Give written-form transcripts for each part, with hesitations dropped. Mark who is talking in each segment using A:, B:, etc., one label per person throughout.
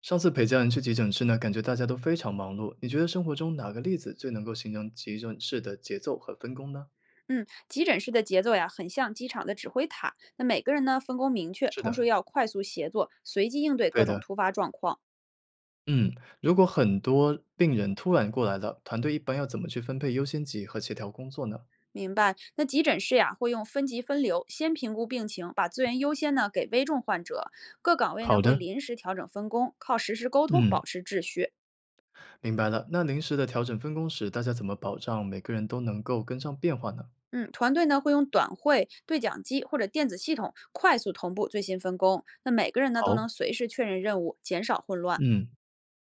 A: 上次陪家人去急诊室呢，感觉大家都非常忙碌。你觉得生活中哪个例子最能够形成急诊室的节奏和分工呢？
B: 嗯，急诊室的节奏呀，很像机场的指挥塔。那每个人呢分工明确，
A: 是
B: 同时
A: 的，
B: 要快速协作，随机应对
A: 对
B: 各种
A: 的，
B: 突发状况。
A: 嗯，如果很多病人突然过来了，团队一般要怎么去分配优先级和协调工作呢？
B: 明白？那急诊室呀，会用分级分流，先评估病情，把资源优先呢给危重患者。各岗位呢
A: 好
B: 会
A: 的，
B: 临时调整分工，靠实时沟通
A: 嗯，
B: 保持秩序。
A: 明白了。那临时的调整分工时，大家怎么保障每个人都能够跟上变化呢？
B: 嗯，团队呢会用短会、对讲机或者电子系统快速同步最新分工。那每个人呢都
A: 好，
B: 能随时确认任务，减少混乱。
A: 嗯。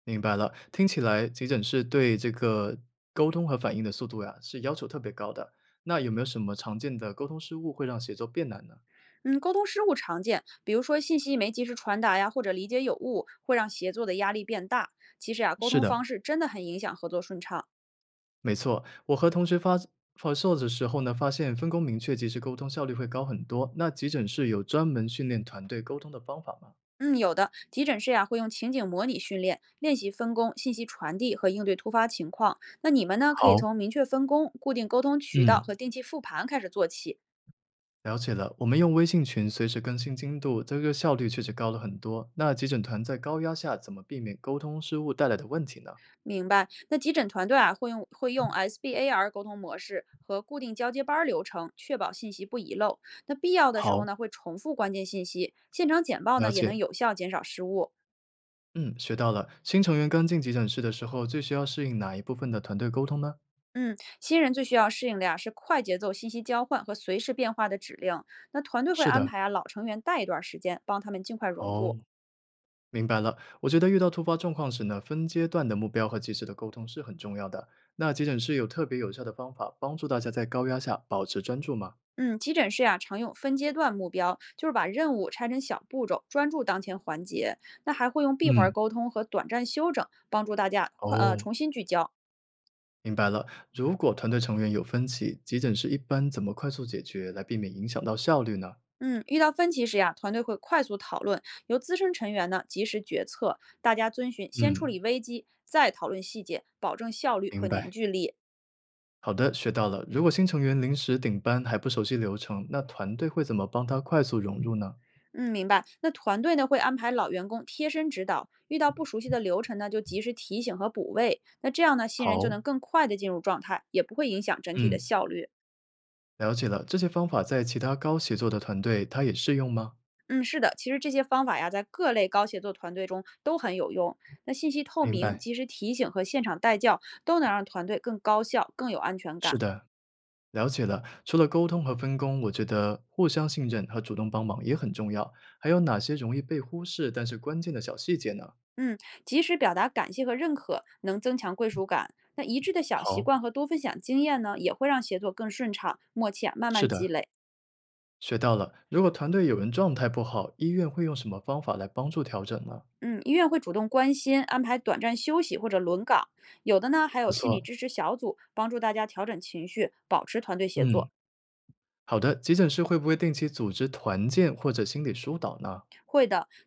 A: 明白了，听起来急诊室对这个沟通和反应的速度呀，是要求特别高的。那有没有什么常见的沟通失误会让协作变难呢？
B: 嗯，沟通失误常见，比如说信息没及时传达呀，或者理解有误，会让协作的压力变大。其实呀，沟
A: 是
B: 通
A: 的，
B: 方式真的很影响合作顺畅。
A: 没错，我和同学发售的时候呢，发现分工明确，及时沟通效率会高很多。那急诊室有专门训练团队沟通的方法吗？
B: 嗯，有的急诊室呀会用情景模拟训练，练习分工、信息传递和应对突发情况。那你们呢，可以
A: 好，
B: 从明确分工、固定沟通渠道和
A: 嗯，
B: 定期复盘开始做起，
A: 了解了。我们用微信群随时更新进度，这个效率确实高了很多。那急诊团在高压下怎么避免沟通失误带来的问题呢？
B: 明白。那急诊团队啊，会用 SBAR 沟通模式和固定交接班儿流程，确保信息不遗漏。那必要的时
A: 好，
B: 候呢，会重复关键信息，现场简报
A: 了
B: 呢也能
A: 解。
B: 有效减少失误。
A: 嗯，学到了。新成员刚进急诊室的时候，最需要适应哪一部分的团队沟通呢？
B: 嗯，新人最需要适应的呀、是快节奏信息交换和随时变化的指令。那团队会
A: 是
B: 安
A: 的，
B: 排啊老成员带一段时间，帮他们尽快融
A: 哦，
B: 入。
A: 明白了。我觉得遇到突发状况时呢，分阶段的目标和及时的沟通是很重要的。那急诊室有特别有效的方法帮助大家在高压下保持专注吗？
B: 嗯，急诊室呀、常用分阶段目标，就是把任务拆成小步骤，专注当前环节。那还会用闭环
A: 嗯，
B: 沟通和短暂休整，帮助大家快
A: 哦，
B: 重新聚焦。
A: 明白了。如果团队成员有分歧，急诊室一般怎么快速解决，来避免影响到效率呢？
B: 嗯，遇到分歧时呀，团队会快速讨论，由资深成员呢及时决策，大家遵循先处
A: 嗯，
B: 理危机，再讨论细节，保证效率
A: 明
B: 和凝
A: 白。
B: 聚力。
A: 好的，学到了。如果新成员临时顶班还不熟悉流程，那团队会怎么帮他快速融入呢？
B: 嗯，明白。那团队呢会安排老员工贴身指导，遇到不熟悉的流程呢就及时提醒和补位。那这样呢，新人就
A: 好，
B: 能更快的进入状态，也不会影响整体的
A: 嗯，
B: 效率。
A: 了解了。这些方法在其他高协作的团队，它也适用吗？
B: 嗯，是的，其实这些方法呀，在各类高协作团队中都很有用。那信息透
A: 明
B: 明、
A: 白。
B: 及时提醒和现场带教，都能让团队更高效、更有安全
A: 是
B: 感。
A: 的，了解了。除了沟通和分工，我觉得互相信任和主动帮忙也很重要。还有哪些容易被忽视但是关键的小细节呢？
B: 嗯，及时表达感谢和认可，能增强归属感。那一致的小习
A: 好，
B: 惯和多分享经验呢，也会让协作更顺畅、默契啊，慢
A: 是
B: 慢积
A: 的，
B: 累。
A: 学到了。如果团队有人状态不好，医院会用什么方法来帮助调整呢？
B: 嗯，医院会主动关心，安排短暂休息或者轮岗，有的呢还
A: 不
B: 有心理
A: 错，
B: 支持小组，帮助大家调整情绪，保持团队协
A: 嗯。
B: 作。
A: 好的，急诊室会不会定期组织团建或者心理疏导呢？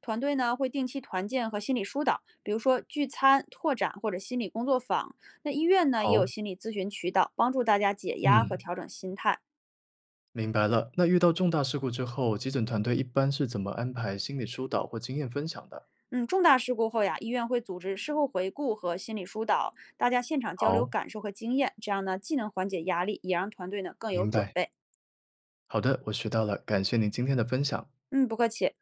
B: 团队呢会定期团建和心理疏导，比如说聚餐、拓展或者心理工作坊。那医院呢也有
A: 好，
B: 心理咨询渠道，帮助大家解压和
A: 嗯，
B: 调整心态。
A: 明白了。那遇到重大事故之后，急诊团队一般是怎么安排心理疏导或经验分享的？
B: 嗯，重大事故后呀，医院会组织事后回顾和心理疏导，大家现场交流
A: 好，
B: 感受和经验，这样呢既能缓解压力，也让团队呢更有
A: 明
B: 准
A: 白。
B: 备。
A: 好的，我学到了，感谢您今天的分享。
B: 嗯，不客气。